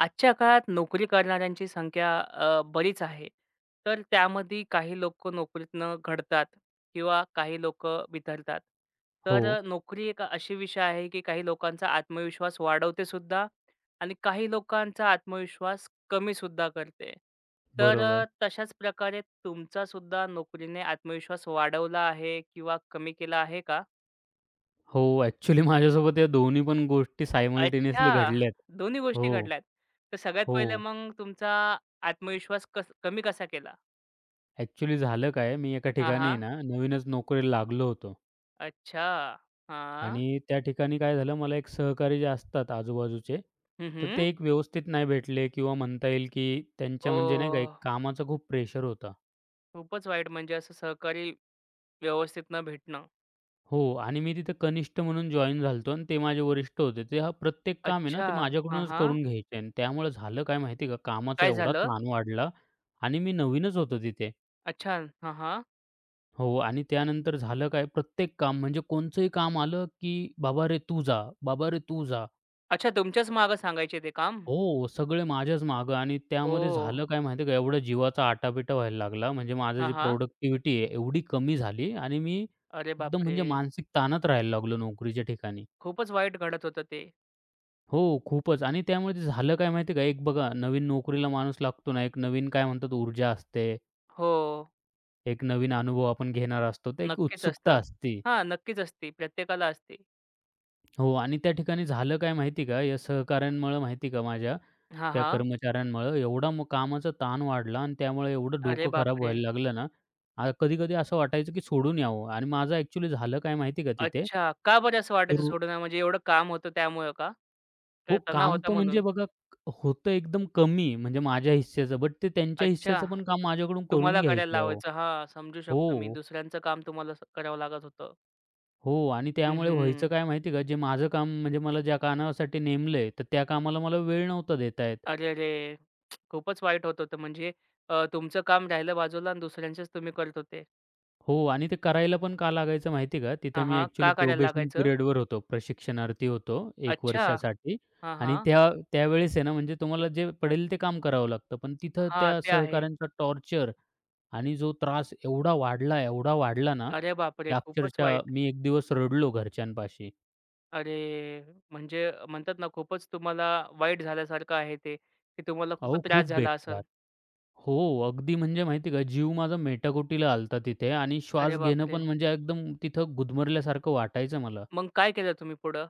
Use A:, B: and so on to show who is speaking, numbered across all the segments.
A: आजच्या काळात नोकरी करणाऱ्यांची संख्या बरीच आहे. तर त्यामध्ये काही लोकं नोकरीतनं घडतात किंवा काही लोकं बिथरतात.
B: हो,
A: तर नोकरी एक अशी विषय आहे, की काही लोकांचा आत्मविश्वास वाढवते सुद्धा आणि काही लोकांचा आत्मविश्वास कमी सुद्धा करते. तर
B: बरोबर.
A: तशाच प्रकारे तुमचा सुद्धा नोकरीने आत्मविश्वास वाढवला आहे किंवा कमी केला आहे का?
B: हो, ॲक्चुअली माझ्यासोबत या दोन्ही पण गोष्टी सायमल्टेनियसली
A: अच्छा!
B: घडल्यात.
A: दोन्ही गोष्टी
B: हो,
A: घडल्यात. तर सगळ्यात पहिले
B: हो.
A: मग तुमचा आत्मविश्वास कस कमी कसा केला?
B: ॲक्चुअली झालं काय, मी एका
A: हां,
B: ठिकाणी आहे
A: हां.
B: ना, नवीनच नोकरीला लागलो होतो
A: अच्छा. हां.
B: आणि त्या ठिकाणी काय झालं, मला एक सहकारी जे असतात आजूबाजूचे,
A: हं,
B: तर
A: हं.
B: ते एक व्यवस्थित नाही भेटले किंवा म्हणता येईल की त्यांच्या म्हणजे नाही का,
A: ओह!
B: एक कामाचं खूप प्रेशर होतं.
A: खूपच वाईट म्हणजे असं सहकारी व्यवस्थित न भेटणं.
B: हो आणि मी तिथे कनिष्ठ म्हणून जॉइन झालो आणि ते माझे वरिष्ठ होते. ते हा प्रत्येक काम आहे ना,
A: अच्छा.
B: ते
A: हां,
B: माझ्याकडूनच
A: हां.
B: करून घ्यायचे आणि त्यामुळे झालं काय माहिती आहे का, कामाचा
A: काय
B: एवढा
A: झालं?
B: ताण वाढला आणि मी नवीनच होतो तिथे.
A: अच्छा. हां, हां.
B: हो आणि त्यानंतर झालं काय, प्रत्येक काम म्हणजे कोणचंही काम आलं, की "बाबा रे तू जा, बाबा रे तू जा."
A: अच्छा तुमच्याच मागे सांगायचे ते काम?
B: हो, सगळे माझ्याच मागं आणि त्यामध्ये
A: ओह!
B: झालं काय माहिती का, एवढा जीवाचा आटापिटा व्हायला लागला. म्हणजे माझं
A: हां,
B: जी
A: हां.
B: प्रोडक्टिव्हिटी आहे एवढी कमी झाली आणि मी
A: अरे
B: एकदम
A: बापरे!
B: म्हणजे मानसिक ताणात राहायला लागलो नोकरीच्या ठिकाणी.
A: खूपच वाईट घडत होतं ते.
B: हो, खूपच आणि त्यामुळे ते झालं काय माहिती का, एक बघा नवीन नोकरीला माणूस लागतो ना, एक नवीन काय म्हणतात ऊर्जा असते,
A: हो.
B: एक नवीन अनुभव आपण घेणार असतो, तर एक
A: नक्कीच
B: उत्सुकता
A: असतं.
B: असते.
A: हां, नक्कीच असते. प्रत्येकाला असते.
B: हो आणि त्या ठिकाणी झालं काय माहिती आहे का, या सहकाऱ्यांमुळं माहिती का माझ्या,
A: हां,
B: त्या
A: हां.
B: कर्मचाऱ्यांमुळं एवढा मग कामाचा ताण वाढला आणि त्यामुळे एवढं
A: अरे
B: डोकं खराब
A: बापरे!
B: व्हायला लागलं ना, कधी-कधी असं वाटायचं की सोडून यावं आणि माझं ॲक्चुअली झालं काय माहिती आहे का तिथे
A: अच्छा. का बरं असं वाटायचं
B: तर
A: सोडून म्हणजे एवढं काम होतं त्यामुळं का?
B: हो,
A: तर तणाव
B: काम
A: होता
B: तर म्हणजे
A: म्हणून?
B: बघा होतं एकदम कमी म्हणजे माझ्या हिस्स्याचं, बट ते त्यांच्या
A: अच्छा.
B: हिस्स्याचं पण काम माझ्याकडून करून
A: तुम्हाला करायला
B: घ्यायचे अहो.
A: लावायचं. हां, समजू शकतो मी.
B: हो,
A: दुसऱ्यांचं काम तुम्हाला असं करावं लागत होतं.
B: हो आणि
A: हं,
B: त्यामुळे व्हायचं
A: हं.
B: काय माहिती का, जे माझं काम म्हणजे मला ज्या कामासाठी नेमलंय, तर त्या कामाला मला वेळ नव्हता देता येत.
A: अरेरे! खूपच वाईट होत होतं म्हणजे तुमचं काम राहिलं बाजूला आणि दुसऱ्यांचेच तुम्ही करत होते.
B: हो आणि ते करायला पण का लागायचं माहिती का,
A: हां,
B: तिथं मी
A: हां.
B: ॲक्चुअली
A: का करायला
B: प्रोबेशन
A: लागायचं?
B: पिरियडवर होतो, प्रशिक्षणार्थी होतो 1
A: अच्छा.
B: वर्षासाठी
A: हां,
B: आणि
A: हां.
B: त्या त्यावेळेस आहे ना, म्हणजे तुम्हाला जे पडेल ते काम करावं लागतं. पण तिथं
A: हां,
B: त्या
A: ते आहे.
B: सहकाऱ्यांचा टॉर्चर आणि जो त्रास एवढा वाढला, एवढा वाढला ना,
A: अरे
B: की
A: बापरे! खूपच
B: अक्षरशः
A: वाईट.
B: मी एक दिवस रडलो घरच्यांपाशी.
A: अरे! म्हणजे म्हणतात ना खूपच तुम्हाला वाईट झाल्यासारखं आहे ते, की तुम्हाला खूपच
B: अहो,
A: त्रास
B: खूप
A: झाला असेल.
B: बेकार. हो, अगदी म्हणजे माहिती आहे का, जीव माझा मेटाकुटीला आलता होता तिथे आणि
A: अरे
B: श्वास घेणं
A: बापरे!
B: पण म्हणजे एकदम तिथं गुदमरल्यासारखं वाटायचं मला.
A: मग काय केलं तुम्ही पुढं?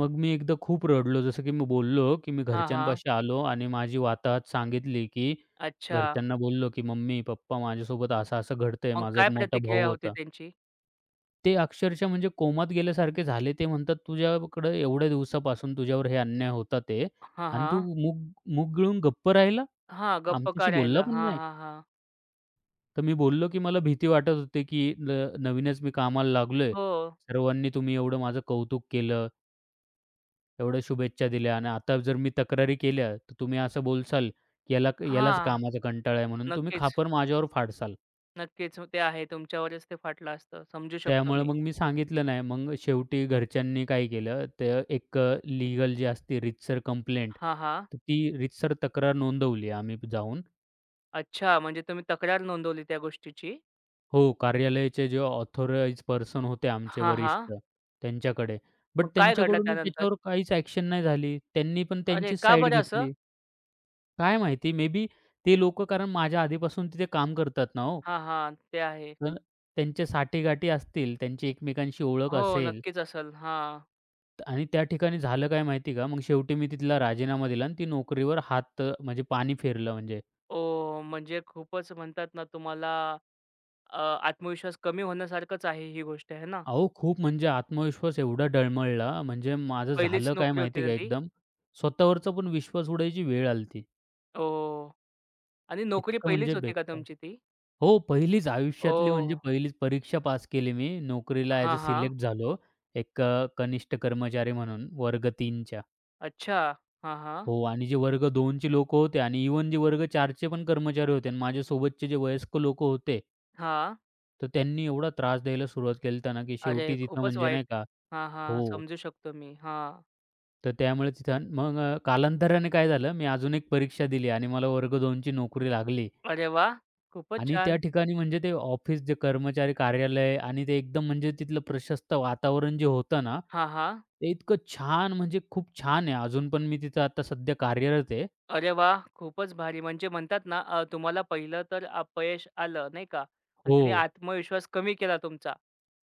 B: मग मी एकदा खूप रडलो, जसं की मी बोललो, की मी
A: हां, हां.
B: घरच्यांपाशी आलो आणि माझी वाताहत सांगितली, की
A: अच्छा.
B: घरच्यांना बोललो, की "मम्मी, पप्पा, माझ्यासोबत असं-असं घडतंय."
A: मग
B: माझा
A: काय
B: एक मोठा
A: प्रतिक्रिया
B: भाऊ
A: होती
B: होता.
A: त्यांची?
B: ते अक्षरशः म्हणजे कोमात गेल्यासारखे झाले. ते म्हणतात, "तुझ्याकडं एवढ्या दिवसापासून तुझ्यावर हे अन्याय होता ते
A: हां,
B: आणि तू
A: हां.
B: मूग मूग गिळून गप्प राहिला?
A: हां, गप्प का
B: आमच्याशी बोलला
A: राहिला?
B: पण
A: हां,
B: नाही."
A: हां, हां.
B: तर मी बोललो, की "मला भीती वाटत होती, की नवीनच मी कामाला लागलोय.
A: हो.
B: सर्वांनी तुम्ही एवढं माझं कौतुक केलं, एवढ्या शुभेच्छा दिल्या आणि आता जर मी तक्रारी केल्या, तर तुम्ही असं बोलसाल, की यालाच
A: हां.
B: कामाचा कंटाळा आहे म्हणून तुम्ही
A: नक्कीच,
B: खापर माझ्यावर फाडसाल."
A: नक्कीच. ते आहे तुमच्यावरच ते फाटलं असतं. समजू शकतो
B: त्यामुळे
A: मी.
B: मग मी सांगितलं नाही. मग शेवटी घरच्यांनी काय केलं, ते एक लीगल जी असते रीतसर कंप्लेंट,
A: हां, हां.
B: तर ती रीतसर तक्रार नोंदवली आम्ही जाऊन.
A: अच्छा म्हणजे तुम्ही तक्रार नोंदवली त्या गोष्टीची.
B: हो, कार्यालयाचे जे ऑथराइज्ड पर्सन होते आमचे
A: हां, हां.
B: वरिष्ठ, त्यांच्याकडे. बट
A: मग काय घडलं
B: त्यांच्याकडून
A: त्यानंतर?
B: त्याच्यावर काहीच ॲक्शन नाही झाली. त्यांनी पण
A: अरे,
B: त्यांचीच
A: का
B: साईड
A: बरं असं?
B: घेतली. काय माहिती मे बी ते लोकं कारण माझ्या आधीपासून तिथे काम करतात ना हो,
A: हां, हां. ते आहे.
B: तर त्यांचे साठीगाठी असतील, त्यांची एकमेकांशी ओळख
A: हो,
B: असेल.
A: नक्कीच असेल. हां.
B: आणि त्या ठिकाणी झालं काय माहिती आहे का, मग शेवटी मी तिथला राजीनामा दिला आणि ती नोकरीवर हात म्हणजे पाणी फिरलं म्हणजे.
A: ओह! म्हणजे खूपच म्हणतात ना तुम्हाला आत्मविश्वास कमी होण्यासारखंच आहे ही गोष्ट आहे ना.
B: अहो, खूप म्हणजे आत्मविश्वास एवढा डळमळला म्हणजे माझं
A: पहिलीच
B: झालं काय
A: नोकरी
B: माहिती
A: होती
B: आहे
A: ना
B: का
A: ती?
B: एकदम, स्वतःवरचा पण विश्वास उडायची वेळ आली
A: ओह! आणि नोकरी
B: इतकं
A: पहिलीच
B: म्हणजे
A: होती का
B: बेकार.
A: तुमची ती?
B: हो, पहिलीच आयुष्यातली
A: ओह!
B: म्हणजे पहिलीच परीक्षा पास केली मी. नोकरीला ॲज
A: हां,
B: अ
A: हां.
B: सिलेक्ट झालो. एक कनिष्ठ कर्मचारी म्हणून वर्ग 3च्या.
A: अच्छा. हां, हां.
B: हो आणि जे वर्ग 2चे लोकं होते आणि इव्हन जे वर्ग 4चे पण कर्मचारी होते आणि माझ्यासोबतचे जे वयस्क लोकं होते
A: हां.
B: तर त्यांनी एवढा त्रास द्यायला सुरुवात केली त्यांना, की
A: अरे
B: शेवटी तिथं
A: खूपच
B: म्हणजे
A: वाईट.
B: नाही का
A: हां, हां.
B: हो.
A: समजू शकतो मी. हां.
B: तर त्यामुळे तिथं मग कालांतराने काय झालं, मी अजून एक परीक्षा दिली आणि मला वर्ग 2 ची नोकरी लागली
A: अरे वाह! खूपच
B: आणि त्या
A: छान.
B: ठिकाणी म्हणजे ते ऑफिस, जे कर्मचारी कार्यालय आणि ते एकदम म्हणजे तिथलं प्रशस्त वातावरण जे होतं ना,
A: हां, हां.
B: ते इतकं छान म्हणजे खूप छान आहे. अजून पण मी तिथं आता सध्या कार्यरत आहे.
A: अरे वाह! खूपच भारी. म्हणजे म्हणतात ना, तुम्हाला पहिलं तर अपयश आलं, नाही का? आणि
B: हो,
A: त्याने आत्मविश्वास कमी केला तुमचा.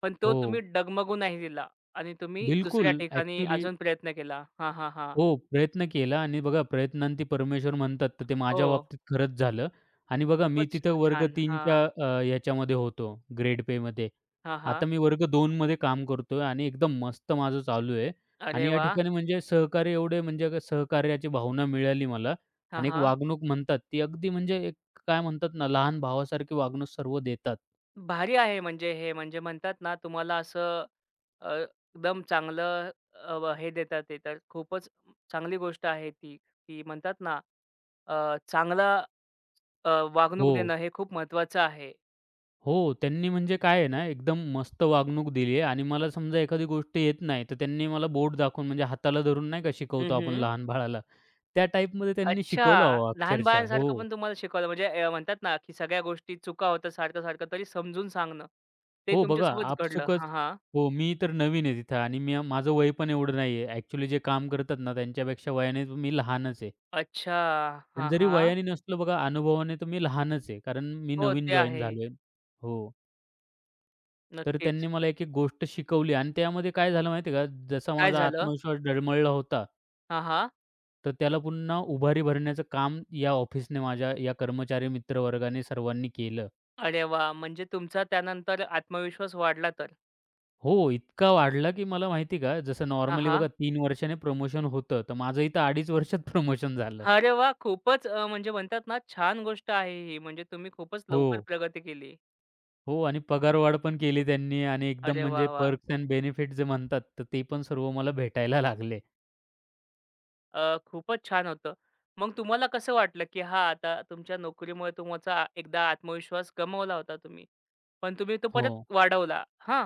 A: पण तो
B: हो.
A: तुम्ही डगमगू नाही दिला आणि तुम्ही
B: बिलकुल.
A: दुसऱ्या ठिकाणी
B: ॲक्चुअली
A: अजून प्रयत्न केला. हां, हां, हां.
B: हो, प्रयत्न केला आणि बघा प्रयत्नांती परमेश्वर म्हणतात, तर ते
A: हो.
B: माझ्या बाबतीत खरंच झालं आणि बघा मी
A: खूपच
B: तिथं वर्ग
A: छान.
B: 3च्या
A: हां.
B: अ, याच्यामध्ये होतो, ग्रेड पेमध्ये.
A: हां,
B: आता
A: हां.
B: मी वर्ग 2मध्ये काम करतोय आणि एकदम मस्त माझं चालू आहे
A: अरे
B: आणि या
A: वाह!
B: ठिकाणी म्हणजे सहकार्य एवढे म्हणजे सहकार्याची भावना मिळाली मला
A: हां,
B: आणि एक
A: हां.
B: वागणूक म्हणतात ती अगदी म्हणजे एक काय म्हणतात ना, लहान भावासारखी वागणूक सर्व देतात.
A: भारी आहे म्हणजे हे. म्हणजे म्हणतात ना तुम्हाला असं अ, एकदम चांगलं व हे देतात ते तर खूपच चांगली गोष्ट आहे ती. ती म्हणतात ना चांगला
B: हो.
A: वागणूक देणं हे खूप महत्वाचं आहे.
B: हो, त्यांनी म्हणजे काय आहे ना, एकदम मस्त वागणूक दिली आहे आणि मला समजा एखादी गोष्ट येत नाही, तर त्यांनी मला बोट दाखवून म्हणजे हाताला धरून नाही का
A: हं,
B: शिकवतो आपण
A: हं.
B: लहान बाळाला, त्या टाईपमध्ये त्यांनी शिकवलं
A: अच्छा.
B: अहो
A: लहान
B: अक्षरशः.
A: बाळांसारखं
B: हो.
A: पण तुम्हाला शिकवलं म्हणजे म्हणतात ना की सगळ्या गोष्टी चुका होतात सारखं-सारखं तरी समजून सांगणं. ते
B: हो, बघा
A: तुमच्यासोबत घडलं.
B: आपसुकच
A: हां, हां.
B: हो, मी तर नवीन आहे तिथं आणि मी माझं वय पण एवढं नाही आहे. ॲक्चुअली जे काम करतात ना, त्यांच्यापेक्षा वयाने मी लहानच आहे
A: अच्छा.
B: आणि
A: हां,
B: जरी
A: हां.
B: वयाने नसलो बघा, अनुभवाने तर मी लहानच आहे, कारण मी
A: हो,
B: नवीन
A: ते
B: जॉइन
A: आहे.
B: झालोय. हो, तर
A: नक्कीच.
B: त्यांनी मला एक-एक गोष्ट शिकवली आणि त्यामध्ये काय झालं माहिती आहे का, जसा
A: काय
B: माझा
A: झालं?
B: आत्मविश्वास डळमळला होता
A: हां, हां.
B: तर त्याला पुन्हा उभारी भरण्याचं काम या ऑफिसने माझ्या या कर्मचारी मित्रवर्गाने सर्वांनी केलं.
A: अरे वाह! म्हणजे तुमचा त्यानंतर आत्मविश्वास वाढला तर?
B: हो, इतका वाढला की मला माहिती आहे का, जसं
A: हां,
B: नॉर्मली
A: हां.
B: बघा 3 वर्षाने प्रमोशन होतं, तर माझं इथं 2.5 वर्षात प्रमोशन झालं.
A: अरे वा, खूपच म्हणजे म्हणतात ना, छान गोष्ट आहे ही. म्हणजे तुम्ही खूपच लवकर
B: हो,
A: प्रगती केली.
B: हो आणि पगारवाढ पण केली त्यांनी आणि एकदम
A: अरे
B: म्हणजे
A: वा, वाह!
B: पर्क्स एंड बेनिफिट जे म्हणतात, तर ते पण सर्व मला भेटायला लागले.
A: खूपच छान होतं. मग तुम्हाला कसं वाटलं, की हां, आता तुमच्या नोकरीमुळे तुमचा एकदा आत्मविश्वास गमावला होता तुम्ही, पण तुम्ही तो
B: हो,
A: परत वाढवला, हां?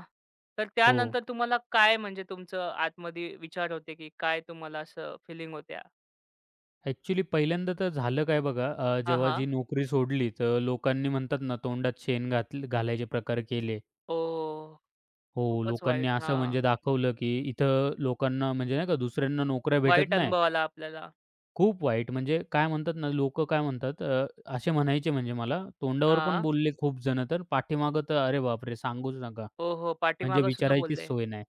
A: तर
B: हो.
A: त्यानंतर तुम्हाला काय म्हणजे तुमचं आतमध्ये विचार होते, की काय तुम्हाला असं फीलिंग होत्या?
B: ॲक्चुअली पहिल्यांदा तर झालं काय बघा,
A: हां,
B: जेव्हा जी
A: हां.
B: नोकरी सोडली, तर लोकांनी म्हणतात ना, तोंडात शेण घातलं घालायचे प्रकार केले.
A: ओह!
B: हो,
A: खूपच
B: लोकांनी
A: वाईट.
B: असं
A: हां.
B: म्हणजे दाखवलं, की इथं लोकांना म्हणजे नाही का दुसऱ्यांना नोकऱ्या भेटत
A: वाईट
B: नाही.
A: अनुभव आला आपल्याला.
B: खूप वाईट म्हणजे काय म्हणतात ना, लोक काय म्हणतात असे म्हणायचे म्हणजे मला तोंडावर पण
A: हां.
B: बोलले खूप जण तर पाठीमागं तर अरे बापरे! सांगूच नका.
A: हो, हो.
B: म्हणजे
A: पाठीमागं सुद्धा
B: विचारायचीच
A: बोलले.
B: सोय नाही.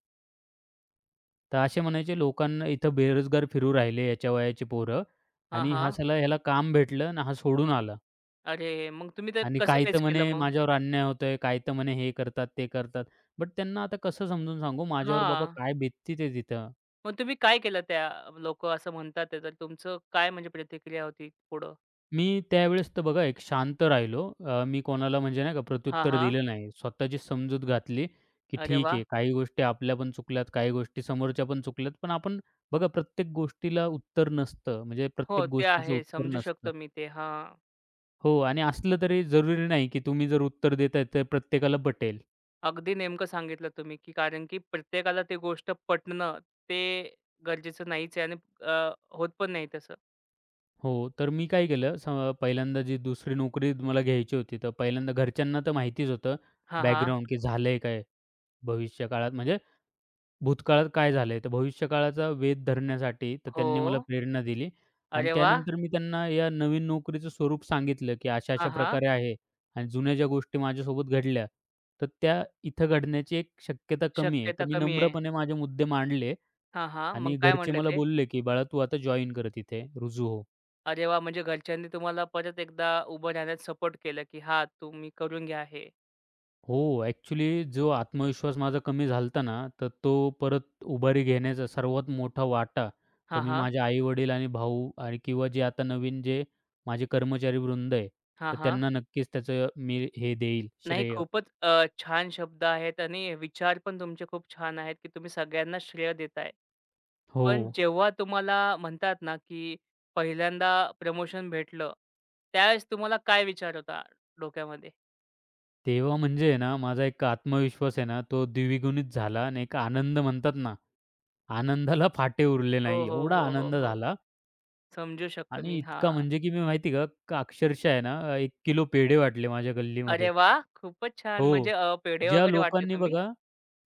B: तर असे म्हणायचे लोकांना इथं बेरोजगार फिरू राहिले याच्या वयाची पोरं
A: हां,
B: आणि हा
A: हां.
B: साला ह्याला काम भेटलं आणि हा सोडून आला
A: अरे! मग तुम्ही ते
B: आणि
A: कसं
B: काही तर
A: फेस केलं
B: म्हणे
A: मग?
B: माझ्यावर अन्याय होतोय, काही तर म्हणे हे करतात, ते करतात. बट त्यांना आता कसं समजून सांगू माझ्यावर बाबा
A: हां.
B: काय बितती ते तिथं.
A: मग तुम्ही काय केलं त्या लोकं असं म्हणतात आहे तर तुमचं काय म्हणजे प्रतिक्रिया होती पुढं?
B: मी त्यावेळेस तर बघा एक शांत राहिलो. मी कोणाला म्हणजे नाही का
A: हां,
B: प्रत्युत्तर
A: हां.
B: दिलं नाही. स्वतःची समजूत घातली, की
A: अरे
B: ठीक
A: वाह!
B: आहे काही गोष्टी आपल्या पण चुकल्यात, काही गोष्टी समोरच्या पण चुकल्यात. पण आपण बघा प्रत्येक गोष्टीला उत्तर नसतं. म्हणजे
A: हो,
B: प्रत्येक
A: ते
B: गोष्टीचं
A: आहे.
B: उत्तर
A: समजू
B: नसतं.
A: शकतो मी ते. हां.
B: हो आणि असलं तरी जरुरी नाही, की तुम्ही जर उत्तर देताय तर प्रत्येकाला पटेल.
A: अगदी नेमकं सांगितलं तुम्ही, की कारण की प्रत्येकाला ती गोष्ट पटणं ते गरजेचं नाहीच आहे आणि होत पण नाही तसं.
B: हो, तर मी काय केलं पहिल्यांदा जी दुसरी नोकरी मला घ्यायची होती, तर पहिल्यांदा घरच्यांना तर माहितीच होतं
A: हां, हां.
B: बॅकग्राऊंड, की झालंय काय भविष्य काळात म्हणजे भूतकाळात काय झालंय, तर भविष्यकाळाचा वेध धरण्यासाठी तर
A: हो.
B: त्यांनी मला प्रेरणा दिली आणि
A: अरे वाह!
B: त्यानंतर मी त्यांना या नवीन नोकरीचं स्वरूप सांगितलं, की
A: हां,
B: अशा-अशा
A: हां.
B: प्रकारे आहे आणि जुन्या ज्या गोष्टी माझ्यासोबत घडल्या, तर त्या इथं घडण्याची एक शक्यता कमी आहे. तर
A: शक्यता
B: मी
A: कमी आहे.
B: नम्रपणे माझे मुद्दे मांडले
A: हां, हां. मग
B: आणि
A: काय
B: घरचे
A: म्हटले
B: मला
A: ते?
B: बोलले, की "बाळा, तू आता जॉइन कर तिथे, रुजू हो."
A: अरे वाह! म्हणजे घरच्यांनी तुम्हाला परत एकदा उभं राहण्यात सपोर्ट केलं, की "हां, तुम्ही करून घ्या हे."
B: हो, ॲक्चुअली जो आत्मविश्वास माझा कमी झाला ना, तर तो परत उभारी घेण्याचा सर्वात मोठा वाटा तर
A: हां,
B: मी
A: हां.
B: माझे आई-वडील आणि भाऊ आणि किंवा जे आता नवीन जे माझे कर्मचारी वृंद आहे,
A: हां,
B: तर
A: हां.
B: त्यांना नक्कीच त्याचं मी हे देईल
A: नाही
B: श्रेय.
A: खूपच छान शब्द आहेत आणि विचार पण तुमचे खूप छान आहेत, की तुम्ही सगळ्यांना श्रेय देताय.
B: हो,
A: पण जेव्हा तुम्हाला म्हणतात ना, की पहिल्यांदा प्रमोशन भेटलं, त्यावेळेस तुम्हाला काय विचार होता डोक्यामध्ये?
B: तेव्हा म्हणजे आहे ना, माझा एक आत्मविश्वास आहे ना, तो द्विगुणित झाला आणि एक आनंद म्हणतात ना, आनंदाला फाटे उरले
A: हो,
B: नाही.
A: हो,
B: एवढा
A: हो, हो,
B: आनंद
A: हो.
B: झाला
A: समजू शकतो
B: आणि
A: मी.
B: इतका
A: हां.
B: म्हणजे की मी माहिती आहे का, अक्षरशः आहे ना, 1 किलो पेढे वाटले माझ्या
A: अरे
B: गल्लीमध्ये.
A: वाह! खूपच छान.
B: हो.
A: म्हणजे पेढे
B: ज्या
A: वगैरे वाटले
B: लोकांनी
A: तुम्ही?
B: बघा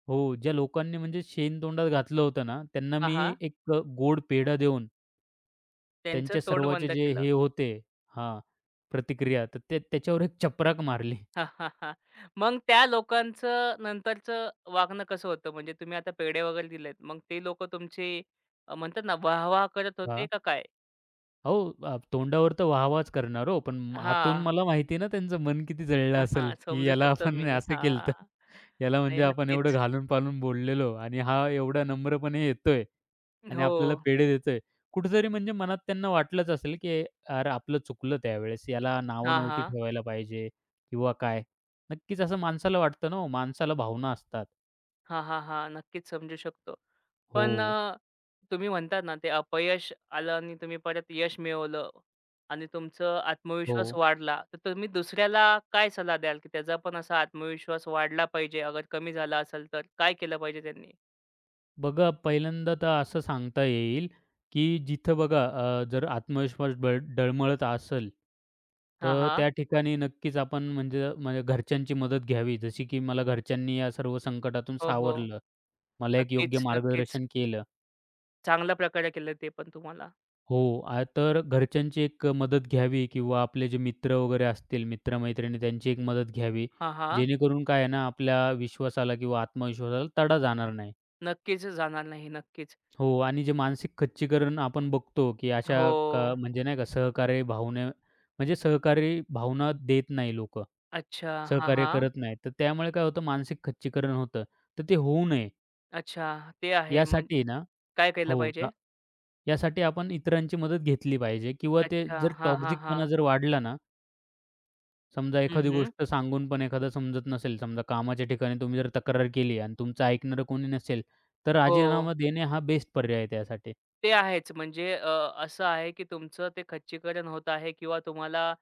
B: हो, ज्या लोकांनी म्हणजे शेण तोंडात घातलं होतं ना, त्यांना
A: हां,
B: मी
A: हां.
B: एक गोड पेढा देऊन
A: त्यांचं
B: त्यांच्या
A: तोंड
B: सर्वाचे
A: बंद
B: जे
A: केलं.
B: हे होते हां, प्रतिक्रिया तर ते त्याच्यावर एक चपराक मारली.
A: मग त्या लोकांचं नंतरचं वागणं कसं होतं? म्हणजे तुम्ही आता पेढे वगैरे दिलेत. मग ते लोकं तुमची म्हणतात ना वाह-वाह करत होते
B: हां.
A: का काय?
B: हो, तोंडावर तर वाह-वाहच करणार हो, पण आतून
A: हां.
B: मला माहिती आहे ना त्यांचं मन किती जळलं असेल, की
A: समजू
B: याला
A: शकतो
B: आपण
A: मी.
B: असं केलंत.
A: हां.
B: याला
A: नाही
B: म्हणजे आपण एवढं
A: नक्कीच.
B: घालून-पालून बोललेलो आणि हा एवढा नम्रपणे येतोय. आणि
A: हो.
B: आपल्याला पेढे देतोय. कुठेतरी म्हणजे मनात त्यांना वाटलंच असेल, की "अरे, आपलं चुकलं त्यावेळेस. याला नावं
A: हा हा
B: नव्हती ठेवायला पाहिजे." किंवा काय. नक्कीच असं माणसाला वाटतं ना हो, माणसाला भावना असतात.
A: हा हा हां. नक्कीच समजू शकतो.
B: हो,
A: पण तुम्ही म्हणतात ना, ते अपयश आलं आणि तुम्ही परत यश मिळवलं आणि तुमचं
B: हो.
A: आत्मविश्वास वाढला, तर तुम्ही दुसऱ्याला काय सल्ला द्याल, की त्याचा पण असा आत्मविश्वास वाढला पाहिजे? अगर कमी झाला असेल तर काय केलं पाहिजे त्यांनी?
B: बघा पहिल्यांदा तर असं सांगता येईल, की जिथं बघा जर आत्मविश्वास डळमळत असेल,
A: हां,
B: तर
A: हां.
B: त्या ठिकाणी नक्कीच आपण म्हणजे म्हणजे घरच्यांची मदत घ्यावी. जशी की मला घरच्यांनी या सर्व संकटातून
A: हो, हो.
B: सावरलं. मला एक योग्य
A: नक्कीच, नक्कीच.
B: मार्गदर्शन केलं.
A: चांगल्या प्रकारे केलं ते पण तुम्हाला.
B: हो. तर घरच्यांची एक मदत घ्यावी किंवा आपले जे मित्र वगैरे असतील, मित्र-मैत्रिणी त्यांची एक मदत घ्यावी.
A: हां, हां.
B: जेणेकरून काय आहे ना, आपल्या विश्वासाला किंवा आत्मविश्वासाला तडा जाणार नाही.
A: नक्कीच जाणार नाही. नक्कीच.
B: हो आणि जे मानसिक खच्चीकरण आपण बघतो, की अशा
A: हो.
B: म्हणजे नाही का सहकार्य भावने म्हणजे सहकारी भावना देत नाही लोकं.
A: अच्छा. हां,
B: सहकार्य
A: हां.
B: करत नाही. तर त्यामुळे काय होतं मानसिक खच्चीकरण होतं. तर ते होऊ नये
A: अच्छा. ते आहे. मग
B: यासाठी ना
A: काय
B: हो,
A: केलं पाहिजे?
B: यासाठी आपण इतरांची मदत घेतली पाहिजे किंवा ते
A: अच्छा.
B: जर
A: हां, हां, हां.
B: टॉक्सिकपणा जर वाढला ना समजा
A: हं,
B: एखादी
A: हं.
B: गोष्ट सांगून पण एखादा समजत नसेल, समजा कामाच्या ठिकाणी तुम्ही जर तक्रार केली आणि तुमचं ऐकणारं कोणी नसेल, तर
A: हो.
B: राजीनामा देणे हा बेस्ट पर्याय आहे त्यासाठी.
A: ते आहेच. म्हणजे असं आहे की तुमचं ते खच्चीकरण होत आहे किंवा तुम्हाला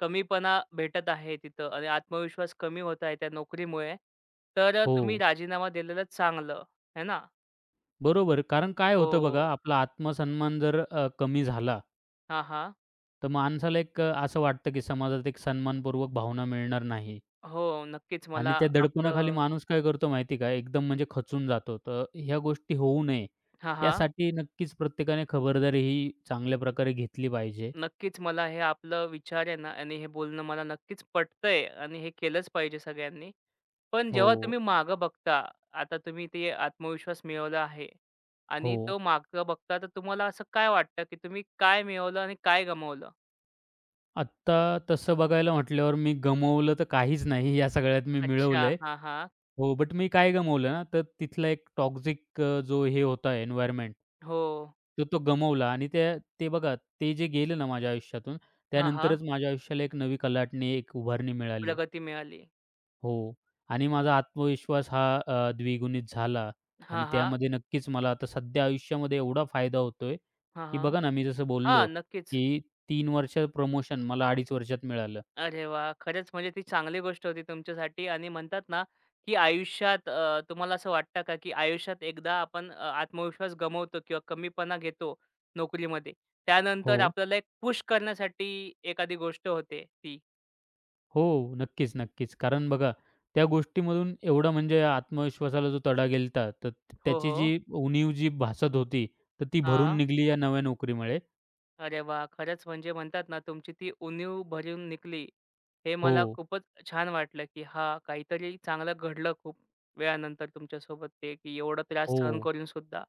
A: कमीपणा भेटत आहे तिथं आणि आत्मविश्वास कमी होत आहे त्या नोकरीमुळे. तर
B: हो,
A: तुम्ही राजीनामा दिलेलं चांगलं, आहे ना?
B: बरोबर. कारण काय
A: हो.
B: होतं बघा, आपला आत्मसन्मान जर कमी झाला,
A: हां, हां.
B: तर माणसाला एक असं वाटतं की समाजात एक सन्मानपूर्वक भावना मिळणार नाही
A: हो, नक्कीच
B: आणि
A: मला
B: त्या दडपणाखाली
A: आपलं
B: माणूस काय करतो माहिती आहे का? एकदम म्हणजे खचून जातो. तर ह्या गोष्टी होऊ नये,
A: हां, हां.
B: यासाठी नक्कीच प्रत्येकाने खबरदारी ही चांगल्या प्रकारे घेतली पाहिजे.
A: नक्कीच मला हे आपलं विचार आहे ना आणि हे बोलणं मला नक्कीच पटतंय आणि हे केलंच पाहिजे सगळ्यांनी. पण
B: हो,
A: जेव्हा तुम्ही मागं बघता, आता तुम्ही ते आत्मविश्वास मिळवला आहे
B: हो.
A: आणि तो मागं बघता, तर तुम्हाला असं काय वाटतं, की तुम्ही काय मिळवलं आणि काय गमावलं?
B: आत्ता तसं बघायला म्हटल्यावर मी गमावलं तर काहीच नाही. या सगळ्यात मी
A: अच्छा.
B: मिळवलंय.
A: हां, हां.
B: हो, बट मी काय गमावलं ना, तर तिथला एक टॉक्सिक जो हे होता एन्व्हायर्नमेंट,
A: हो.
B: तर तो गमावला आणि त्या ते बघा ते जे गेलं ना माझ्या आयुष्यातून,
A: हां, हां.
B: त्यानंतरच माझ्या आयुष्याला एक नवी कलाटणी, एक उभारणी मिळाली.
A: प्रगती मिळाली.
B: हो. आणि माझा आत्मविश्वास हा द्विगुणित झाला आणि
A: हां, हां.
B: त्यामध्ये नक्कीच मला आता सध्या आयुष्यामध्ये एवढा फायदा होतोय,
A: हां,
B: की
A: हां.
B: बघा ना, मी जसं बोललो,
A: हां, नक्कीच.
B: की 3 वर्ष प्रमोशन मला 2.5 वर्षात मिळालं.
A: अरे वा, खरंच म्हणजे ती चांगली गोष्ट होती तुमच्यासाठी आणि म्हणतात ना, की आयुष्यात तुम्हाला असं वाटतं का, की आयुष्यात एकदा आपण आत्मविश्वास गमावतो किंवा कमीपणा घेतो नोकरीमध्ये.
B: हो.
A: त्यानंतर आपल्याला एक पुश करण्यासाठी एखादी गोष्ट होते ती?
B: हो. नक्कीच, नक्कीच. कारण बघा त्या गोष्टीमधून एवढा म्हणजे आत्मविश्वासाला जो तडा गेलता तर
A: हो,
B: त्याची
A: हो.
B: जी उणीव जी भासत होती, तर ती भरून
A: हां.
B: निघली या नव्या नोकरीमुळे.
A: अरे वा, खरंच म्हणजे म्हणतात ना, तुमची ती उणीव भरून निघाली. हे मला
B: हो,
A: खूपच छान वाटलं, की हां, काहीतरी चांगलं घडलं खूप वेळानंतर तुमच्यासोबत ते, की एवढा त्रास
B: हो.
A: सहन करून सुद्धा.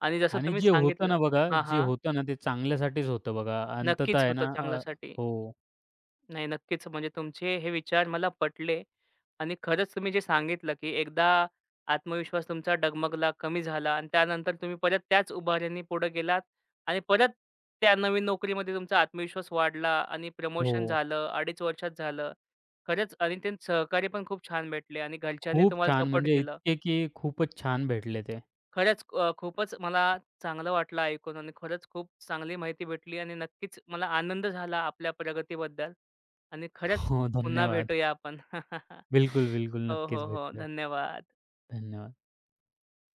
A: आणि जसं
B: आणि
A: तुम्ही
B: जे होतं
A: सांगितलं
B: ना बघा,
A: हां,
B: जे
A: हां.
B: होतं ना ते चांगल्यासाठीच होतं बघा. अंततः
A: नक्कीच
B: आहे
A: होतं
B: ना
A: चांगल्यासाठी.
B: हो,
A: नाही, नक्कीच. म्हणजे तुमचे हे विचार मला पटले आणि खरंच तुम्ही जे सांगितलं, की एकदा आत्मविश्वास तुमचा डगमगला, कमी झाला आणि त्यानंतर तुम्ही परत त्याच उभारणी पुढे गेलात आणि परत त्या नवीन नोकरीमध्ये तुमचा आत्मविश्वास वाढला आणि
B: हो.
A: प्रमोशन झालं, अडीच वर्षात झालं. खरंच आणि ते सहकार्य पण खूप छान भेटले आणि घरच्यांनी
B: खूप
A: तुम्हाला
B: छान
A: सपोर्ट
B: म्हणजे
A: केलं.
B: इतके की खूपच छान भेटले ते.
A: खरंच खूपच मला चांगलं वाटलं ऐकून आणि खरंच खूप चांगली माहिती भेटली आणि नक्कीच मला आनंद झाला आपल्या प्रगतीबद्दल आणि खरंच
B: हो,
A: पुन्हा
B: धन्यवाद.
A: भेटूया आपण.
B: बिलकुल, बिलकुल.
A: हो,
B: नक्कीच
A: हो, हो.
B: भेटूयात.
A: धन्यवाद.
B: धन्यवाद.